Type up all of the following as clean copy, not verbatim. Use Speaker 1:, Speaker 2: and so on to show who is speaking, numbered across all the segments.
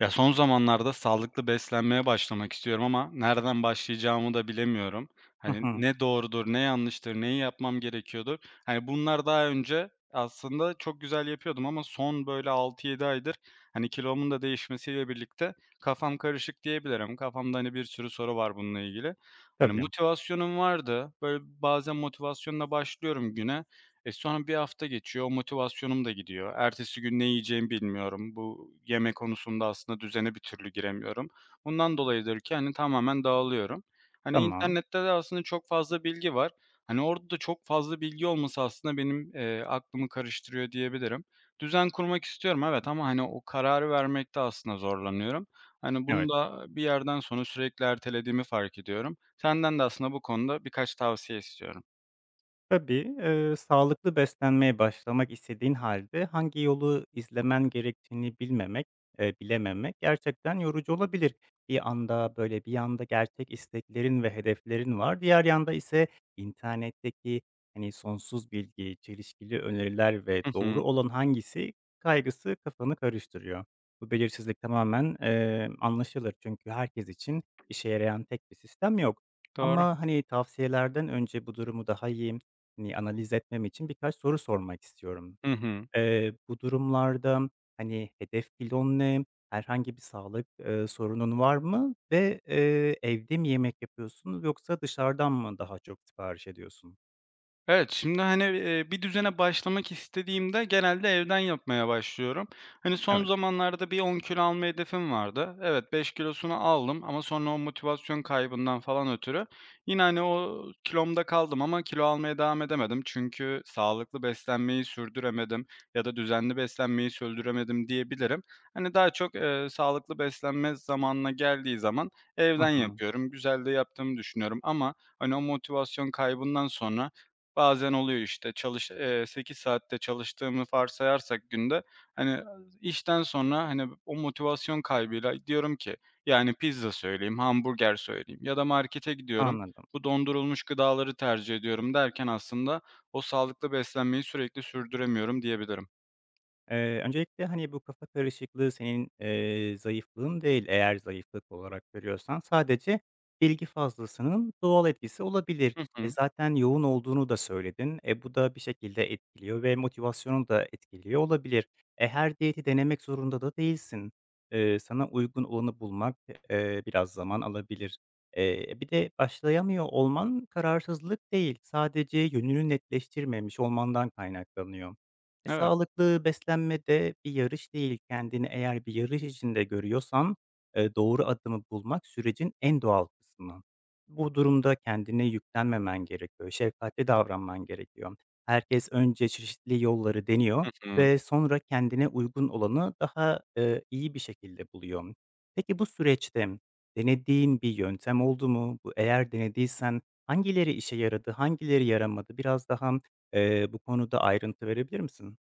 Speaker 1: Ya, son zamanlarda sağlıklı beslenmeye başlamak istiyorum ama nereden başlayacağımı da bilemiyorum.
Speaker 2: Hı
Speaker 1: Hani,
Speaker 2: hı.
Speaker 1: ne doğrudur, ne yanlıştır, neyi yapmam gerekiyordur? Hani, bunlar daha önce aslında çok güzel yapıyordum ama son, böyle, altı yedi aydır, hani, kilomun da değişmesiyle birlikte kafam karışık diyebilirim. Kafamda, hani, bir sürü soru var bununla ilgili. Hani,
Speaker 2: Tabii.
Speaker 1: motivasyonum vardı. Böyle, bazen motivasyonla başlıyorum güne, sonra bir hafta geçiyor, o motivasyonum da gidiyor. Ertesi gün ne yiyeceğimi bilmiyorum. Bu yeme konusunda aslında düzene bir türlü giremiyorum. Bundan dolayıdır ki, hani, tamamen dağılıyorum. Hani,
Speaker 2: Tamam.
Speaker 1: internette de aslında çok fazla bilgi var. Hani, orada da çok fazla bilgi olması aslında benim, aklımı karıştırıyor diyebilirim. Düzen kurmak istiyorum, evet ama, hani, o kararı vermekte aslında zorlanıyorum. Hani,
Speaker 2: Hı.
Speaker 1: bunu
Speaker 2: Evet.
Speaker 1: da bir yerden sonra sürekli ertelediğimi fark ediyorum. Senden de aslında bu konuda birkaç tavsiye istiyorum.
Speaker 2: Tabii, sağlıklı beslenmeye başlamak istediğin halde hangi yolu izlemen gerektiğini bilmemek, bilememek gerçekten yorucu olabilir. Bir anda, böyle, bir yanda gerçek isteklerin ve hedeflerin var, diğer yanda ise internetteki, hani, sonsuz bilgi, çelişkili öneriler ve
Speaker 1: Hı hı.
Speaker 2: doğru olan hangisi kaygısı kafanı karıştırıyor. Bu belirsizlik tamamen, anlaşılır çünkü herkes için işe yarayan tek bir sistem yok.
Speaker 1: Doğru.
Speaker 2: Ama, hani, tavsiyelerden önce bu durumu daha iyi hani, analiz etmem için birkaç soru sormak istiyorum.
Speaker 1: Hı hı.
Speaker 2: Bu durumlarda, hani, hedef kilon ne? Herhangi bir sağlık, sorunun var mı ve, evde mi yemek yapıyorsun yoksa dışarıdan mı daha çok sipariş ediyorsun?
Speaker 1: Evet, şimdi, hani, bir düzene başlamak istediğimde genelde evden yapmaya başlıyorum. Hani, son
Speaker 2: Evet.
Speaker 1: zamanlarda bir 10 kilo alma hedefim vardı. Evet, 5 kilosunu aldım ama sonra o motivasyon kaybından falan ötürü yine, hani, o kilomda kaldım ama kilo almaya devam edemedim. Çünkü sağlıklı beslenmeyi sürdüremedim ya da düzenli beslenmeyi sürdüremedim diyebilirim. Hani, daha çok, sağlıklı beslenme zamanına geldiği zaman
Speaker 2: Hı
Speaker 1: evden
Speaker 2: hı.
Speaker 1: yapıyorum. Güzel de yaptığımı düşünüyorum ama, hani, o motivasyon kaybından sonra bazen oluyor, işte, çalış 8 saat çalıştığımı varsayarsak günde, hani, işten sonra, hani, o motivasyon kaybıyla diyorum ki, yani, pizza söyleyeyim, hamburger söyleyeyim ya da markete gidiyorum,
Speaker 2: Anladım.
Speaker 1: bu dondurulmuş gıdaları tercih ediyorum derken aslında o sağlıklı beslenmeyi sürekli sürdüremiyorum diyebilirim.
Speaker 2: Öncelikle, hani, bu kafa karışıklığı senin, zayıflığın değil, eğer zayıflık olarak görüyorsan. Sadece bilgi fazlasının doğal etkisi olabilir.
Speaker 1: Hı
Speaker 2: E,
Speaker 1: hı.
Speaker 2: zaten yoğun olduğunu da söyledin. E, bu da bir şekilde etkiliyor ve motivasyonunu da etkiliyor olabilir. E, her diyeti denemek zorunda da değilsin. Sana uygun olanı bulmak, biraz zaman alabilir. Bir de başlayamıyor olman kararsızlık değil, sadece yönünü netleştirmemiş olmandan kaynaklanıyor. E,
Speaker 1: Evet.
Speaker 2: sağlıklı beslenme de bir yarış değil. Kendini eğer bir yarış içinde görüyorsan, doğru adımı bulmak sürecin en doğal kısmı. Bu durumda kendine yüklenmemen gerekiyor, şefkatli davranman gerekiyor. Herkes önce çeşitli yolları deniyor
Speaker 1: Hı hı.
Speaker 2: ve sonra kendine uygun olanı daha, iyi bir şekilde buluyor. Peki bu süreçte denediğin bir yöntem oldu mu? Bu eğer denediysen hangileri işe yaradı, hangileri yaramadı? Biraz daha, bu konuda ayrıntı verebilir misin?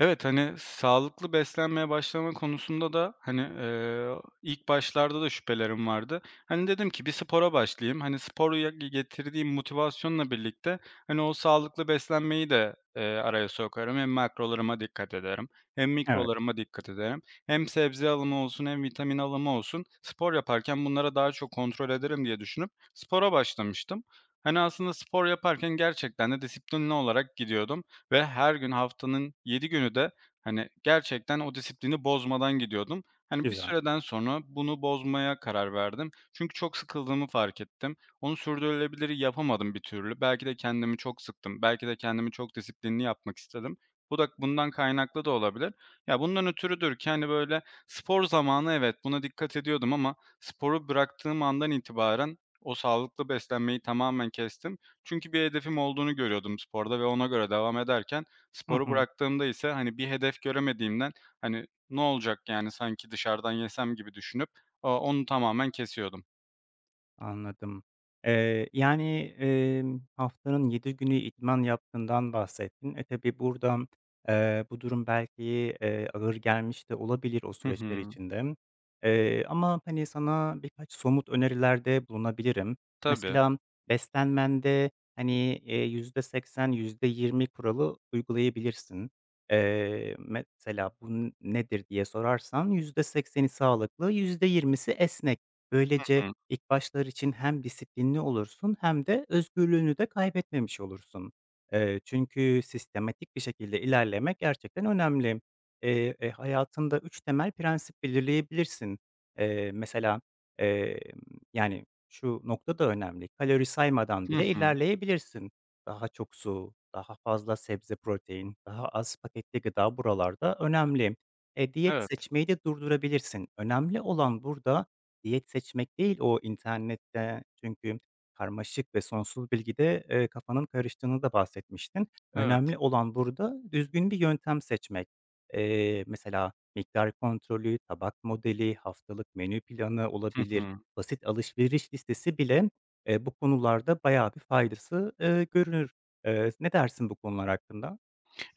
Speaker 1: Evet, hani, sağlıklı beslenmeye başlama konusunda da, hani, ilk başlarda da şüphelerim vardı. Hani, dedim ki bir spora başlayayım. Hani, sporu ya getirdiğim motivasyonla birlikte, hani, o sağlıklı beslenmeyi de, araya sokarım. Hem makrolarıma dikkat ederim hem
Speaker 2: Evet,
Speaker 1: mikrolarıma dikkat ederim. Hem sebze alımı olsun hem vitamin alımı olsun spor yaparken bunlara daha çok kontrol ederim diye düşünüp spora başlamıştım. Hani, aslında spor yaparken gerçekten de disiplinli olarak gidiyordum ve her gün haftanın 7 günü de, hani, gerçekten o disiplini bozmadan gidiyordum. Hani, bir
Speaker 2: güzel.
Speaker 1: süreden sonra bunu bozmaya karar verdim. Çünkü çok sıkıldığımı fark ettim. Onu sürdürülebilir yapamadım bir türlü. Belki de kendimi çok sıktım. Belki de kendimi çok disiplinli yapmak istedim. Bu da bundan kaynaklı da olabilir. Ya, bundan ötürüdür ki, hani, böyle spor zamanı evet, buna dikkat ediyordum ama sporu bıraktığım andan itibaren o sağlıklı beslenmeyi tamamen kestim çünkü bir hedefim olduğunu görüyordum sporda ve ona göre devam ederken
Speaker 2: Hı
Speaker 1: sporu
Speaker 2: hı.
Speaker 1: bıraktığımda ise, hani, bir hedef göremediğimden, hani, "Ne olacak yani sanki dışarıdan yesem?" gibi düşünüp, onu tamamen kesiyordum.
Speaker 2: Anladım. Yani, haftanın 7 günü idman yaptığından bahsettin. E, tabii burada, bu durum belki, ağır gelmiş de olabilir o
Speaker 1: Hı
Speaker 2: süreçler
Speaker 1: hı.
Speaker 2: içinde. Ama, hani, sana birkaç somut önerilerde bulunabilirim.
Speaker 1: Tabii.
Speaker 2: Mesela beslenmende, hani, %80 %20 kuralı uygulayabilirsin. Mesela bu nedir diye sorarsan %80'i sağlıklı, %20'si esnek.
Speaker 1: Hı
Speaker 2: Böylece
Speaker 1: hı.
Speaker 2: İlk başlar için hem disiplinli olursun hem de özgürlüğünü de kaybetmemiş olursun. Çünkü sistematik bir şekilde ilerlemek gerçekten önemli. Hayatında 3 temel prensip belirleyebilirsin. Mesela, emm, yani, şu nokta da önemli, kalori saymadan
Speaker 1: Hı
Speaker 2: bile
Speaker 1: hı.
Speaker 2: ilerleyebilirsin. Daha çok su, daha fazla sebze, protein, daha az paketli gıda buralarda önemli. E, diyet
Speaker 1: Evet,
Speaker 2: seçmeyi de durdurabilirsin. Önemli olan burada diyet seçmek değil, o internette çünkü karmaşık ve sonsuz bilgide, kafanın karıştığını da bahsetmiştin.
Speaker 1: evet.
Speaker 2: Önemli olan burada düzgün bir yöntem seçmek. Mesela miktar kontrolü, tabak modeli, haftalık menü planı
Speaker 1: Hı
Speaker 2: olabilir,
Speaker 1: hı.
Speaker 2: basit alışveriş listesi bile, bu konularda bayağı bir faydası, görünür. Ne dersin bu konular hakkında?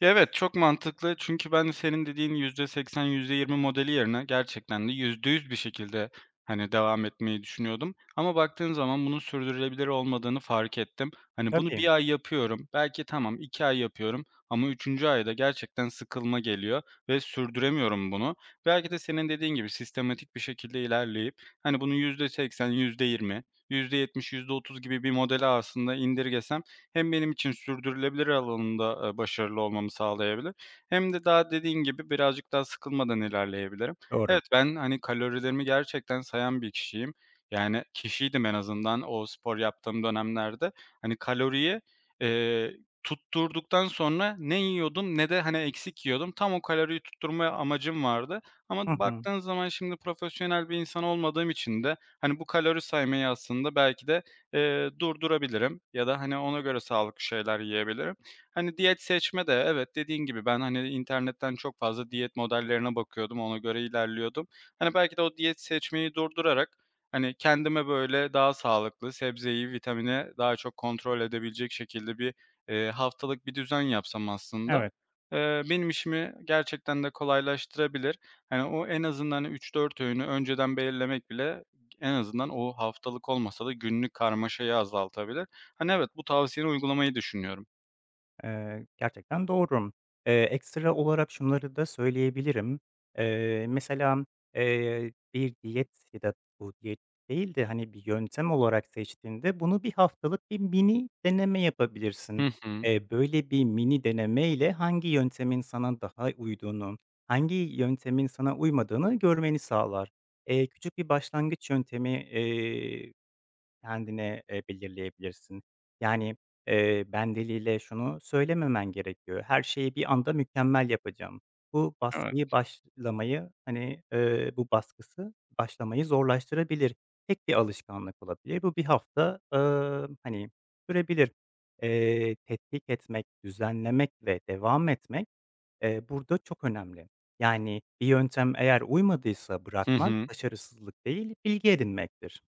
Speaker 1: Evet, çok mantıklı çünkü ben senin dediğin yüzde seksen yüzde yirmi modeli yerine gerçekten de %100 bir şekilde, hani, devam etmeyi düşünüyordum ama baktığın zaman bunun sürdürülebilir olmadığını fark ettim. Hani, bunu
Speaker 2: Tabii,
Speaker 1: bir ay yapıyorum, belki tamam 2 ay yapıyorum ama üçüncü ayda gerçekten sıkılma geliyor ve sürdüremiyorum bunu. Belki de senin dediğin gibi sistematik bir şekilde ilerleyip, hani, bunu yüzde seksen yüzde %20, %30 gibi bir modele aslında indirgesem hem benim için sürdürülebilir alanında, başarılı olmamı sağlayabilir hem de daha dediğin gibi birazcık daha sıkılmadan ilerleyebilirim.
Speaker 2: doğru.
Speaker 1: Evet, ben, hani, kalorilerimi gerçekten sayan bir kişiyim. Yani kişiydim en azından o spor yaptığım dönemlerde. Hani, kaloriyi, eee, tutturduktan sonra ne yiyordum ne de, hani, eksik yiyordum. Tam o kaloriyi tutturma amacım vardı ama
Speaker 2: Hı hı.
Speaker 1: baktığın zaman şimdi profesyonel bir insan olmadığım için de, hani, bu kalori saymayı aslında belki de durdurabilirim ya da, hani, ona göre sağlıklı şeyler yiyebilirim. Hani, diyet seçme de evet, dediğin gibi ben, hani, internetten çok fazla diyet modellerine bakıyordum, ona göre ilerliyordum. Hani, belki de o diyet seçmeyi durdurarak, hani, kendime, böyle, daha sağlıklı, sebzeyi, vitamini daha çok kontrol edebilecek şekilde bir, haftalık bir düzen yapsam aslında,
Speaker 2: Evet.
Speaker 1: benim işimi gerçekten de kolaylaştırabilir. Hani, o en azından üç dört öğünü önceden belirlemek bile en azından o haftalık olmasa da günlük karmaşayı azaltabilir. Hani, evet, bu tavsiyeni uygulamayı düşünüyorum.
Speaker 2: Gerçekten doğru. Ekstra olarak şunları da söyleyebilirim. Mesela, bir diyet ya da bu diyet değil de, hani, bir yöntem olarak seçtiğinde bunu bir haftalık bir mini deneme yapabilirsin.
Speaker 1: Hı hı.
Speaker 2: Böyle bir mini deneme ile hangi yöntemin sana daha uyduğunu, hangi yöntemin sana uymadığını görmeni sağlar. Küçük bir başlangıç yöntemi, kendine, belirleyebilirsin. Yani, ben diliyle şunu söylememen gerekiyor: "Her şeyi bir anda mükemmel yapacağım." Bu baskıyı
Speaker 1: Evet.
Speaker 2: başlamayı, hani, eee, bu baskısı başlamayı zorlaştırabilir. Tek bir alışkanlık olabilir. Bu bir hafta, hani, sürebilir. Tetkik etmek, düzenlemek ve devam etmek, burada çok önemli. Yani, bir yöntem eğer uymadıysa
Speaker 1: Hı
Speaker 2: bırakmak
Speaker 1: hı.
Speaker 2: başarısızlık değil, bilgi edinmektir.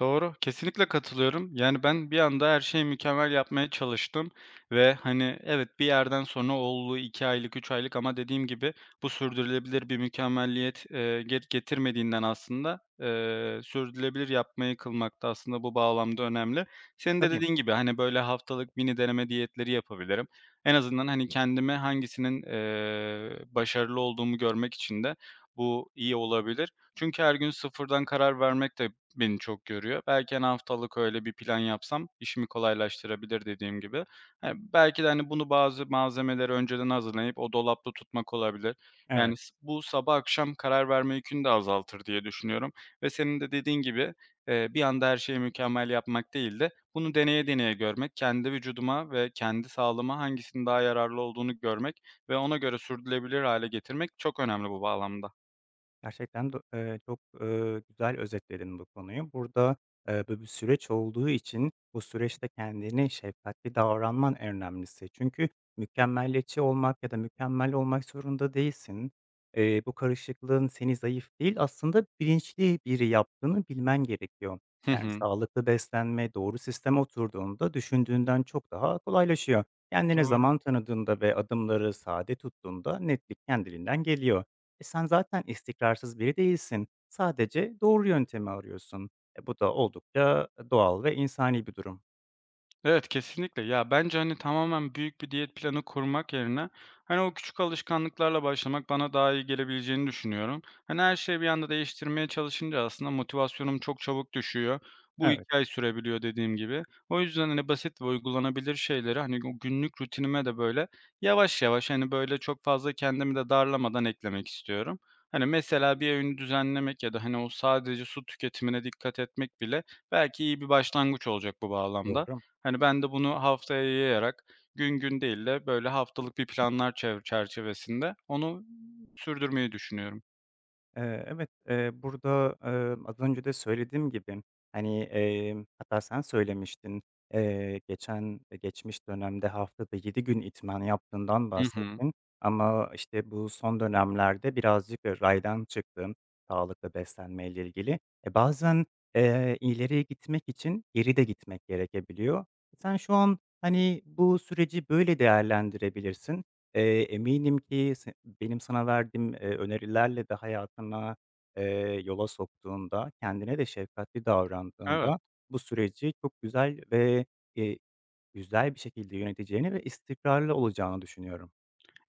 Speaker 1: Doğru, kesinlikle katılıyorum. Yani, ben bir anda her şeyi mükemmel yapmaya çalıştım ve, hani, evet, bir yerden sonra oldu 2 aylık, 3 aylık ama dediğim gibi bu sürdürülebilir bir mükemmelliyet, getirmediğinden aslında, sürdürülebilir yapmayı kılmak da aslında bu bağlamda önemli. Senin de
Speaker 2: Tabii,
Speaker 1: dediğin gibi, hani, böyle haftalık mini deneme diyetleri yapabilirim. En azından, hani, kendime hangisinin, başarılı olduğumu görmek için de bu iyi olabilir. Çünkü her gün sıfırdan karar vermek de beni çok görüyor. Belki, hani, haftalık öyle bir plan yapsam işimi kolaylaştırabilir dediğim gibi. Hani, belki de, hani, bunu bazı malzemeleri önceden hazırlayıp o dolapta tutmak olabilir. Yani,
Speaker 2: evet.
Speaker 1: bu sabah akşam karar verme yükünü de azaltır diye düşünüyorum ve senin de dediğin gibi, bir anda her şeyi mükemmel yapmak değil de bunu deneye deneye görmek, kendi vücuduma ve kendi sağlığıma hangisinin daha yararlı olduğunu görmek ve ona göre sürdürülebilir hale getirmek çok önemli bu bağlamda.
Speaker 2: Gerçekten de, çok, güzel özetledin bu konuyu. Burada, böyle bir süreç olduğu için bu süreçte kendine şefkatli davranman en önemlisi. Çünkü mükemmeliyetçi olmak ya da mükemmel olmak zorunda değilsin. Bu karışıklığın seni zayıf değil, aslında bilinçli biri yaptığını bilmen gerekiyor.
Speaker 1: Hı
Speaker 2: Yani
Speaker 1: hı.
Speaker 2: sağlıklı beslenme, doğru sisteme oturduğunda düşündüğünden çok daha kolaylaşıyor. Kendine
Speaker 1: Doğru.
Speaker 2: zaman tanıdığında ve adımları sade tuttuğunda netlik kendiliğinden geliyor. E, sen zaten istikrarsız biri değilsin. Sadece doğru yöntemi arıyorsun. E, bu da oldukça doğal ve insani bir durum.
Speaker 1: Evet, kesinlikle. Ya, bence, hani, tamamen büyük bir diyet planı kurmak yerine, hani, o küçük alışkanlıklarla başlamak bana daha iyi gelebileceğini düşünüyorum. Hani, her şeyi bir anda değiştirmeye çalışınca aslında motivasyonum çok çabuk düşüyor. Bu 2
Speaker 2: Evet,
Speaker 1: ay sürebiliyor dediğim gibi. O yüzden, hani, basit ve uygulanabilir şeyleri, hani, o günlük rutinime de, böyle, yavaş yavaş, hani, böyle, çok fazla kendimi de darlamadan eklemek istiyorum. Hani, mesela bir öğünü düzenlemek ya da, hani, o sadece su tüketimine dikkat etmek bile belki iyi bir başlangıç olacak bu bağlamda.
Speaker 2: doğru.
Speaker 1: Hani, ben de bunu haftaya yayarak gün gün değil de böyle haftalık bir planlar çerçevesinde onu sürdürmeyi düşünüyorum.
Speaker 2: Evet, burada, az önce de söylediğim gibi, hani, hatta sen söylemiştin, geçmiş dönemde haftada 7 gün idman yaptığından
Speaker 1: Hı hı.
Speaker 2: bahsettin ama, işte, bu son dönemlerde birazcık, raydan çıktım sağlıklı beslenmeyle ilgili. E, bazen, ileriye gitmek için geri de gitmek gerekebiliyor. Sen şu an, hani, bu süreci böyle değerlendirebilirsin. Eminim ki benim sana verdiğim, önerilerle de hayatına, yola soktuğunda, kendine de şefkatli
Speaker 1: Evet.
Speaker 2: davrandığında bu süreci çok güzel ve, eee, güzel bir şekilde yöneteceğini ve istikrarlı olacağını düşünüyorum.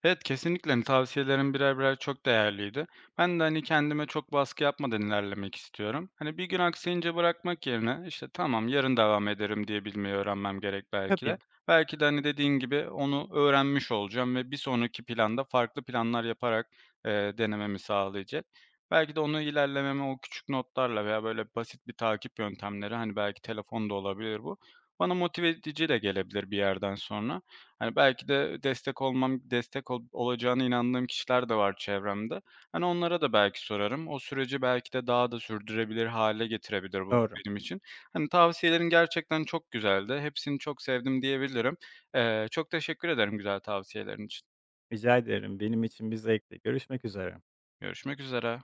Speaker 1: Evet, kesinlikle, hani, tavsiyelerin birer birer çok değerliydi. Ben de, hani, kendime çok baskı yapmadan ilerlemek istiyorum. Hani, bir gün aksayınca bırakmak yerine, işte, "Tamam, yarın devam ederim." diyebilmeyi öğrenmem gerek belki
Speaker 2: Tabii,
Speaker 1: de. Belki de, hani, dediğin gibi onu öğrenmiş olacağım ve bir sonraki planda farklı planlar yaparak, denememi sağlayacak. Belki de onu ilerlememe o küçük notlarla veya, böyle, basit bir takip yöntemleri, hani, belki telefonda olabilir bu, bana motive edici de gelebilir bir yerden sonra. Hani, belki de destek olacağına inandığım kişiler de var çevremde. Hani, onlara da belki sorarım. O süreci belki de daha da sürdürebilir hale getirebilir bu
Speaker 2: doğru.
Speaker 1: benim için. Hani, tavsiyelerin gerçekten çok güzeldi. Hepsini çok sevdim diyebilirim. Çok teşekkür ederim güzel tavsiyelerin için.
Speaker 2: Rica ederim. Benim için bir zevkti. Görüşmek üzere.
Speaker 1: Görüşmek üzere.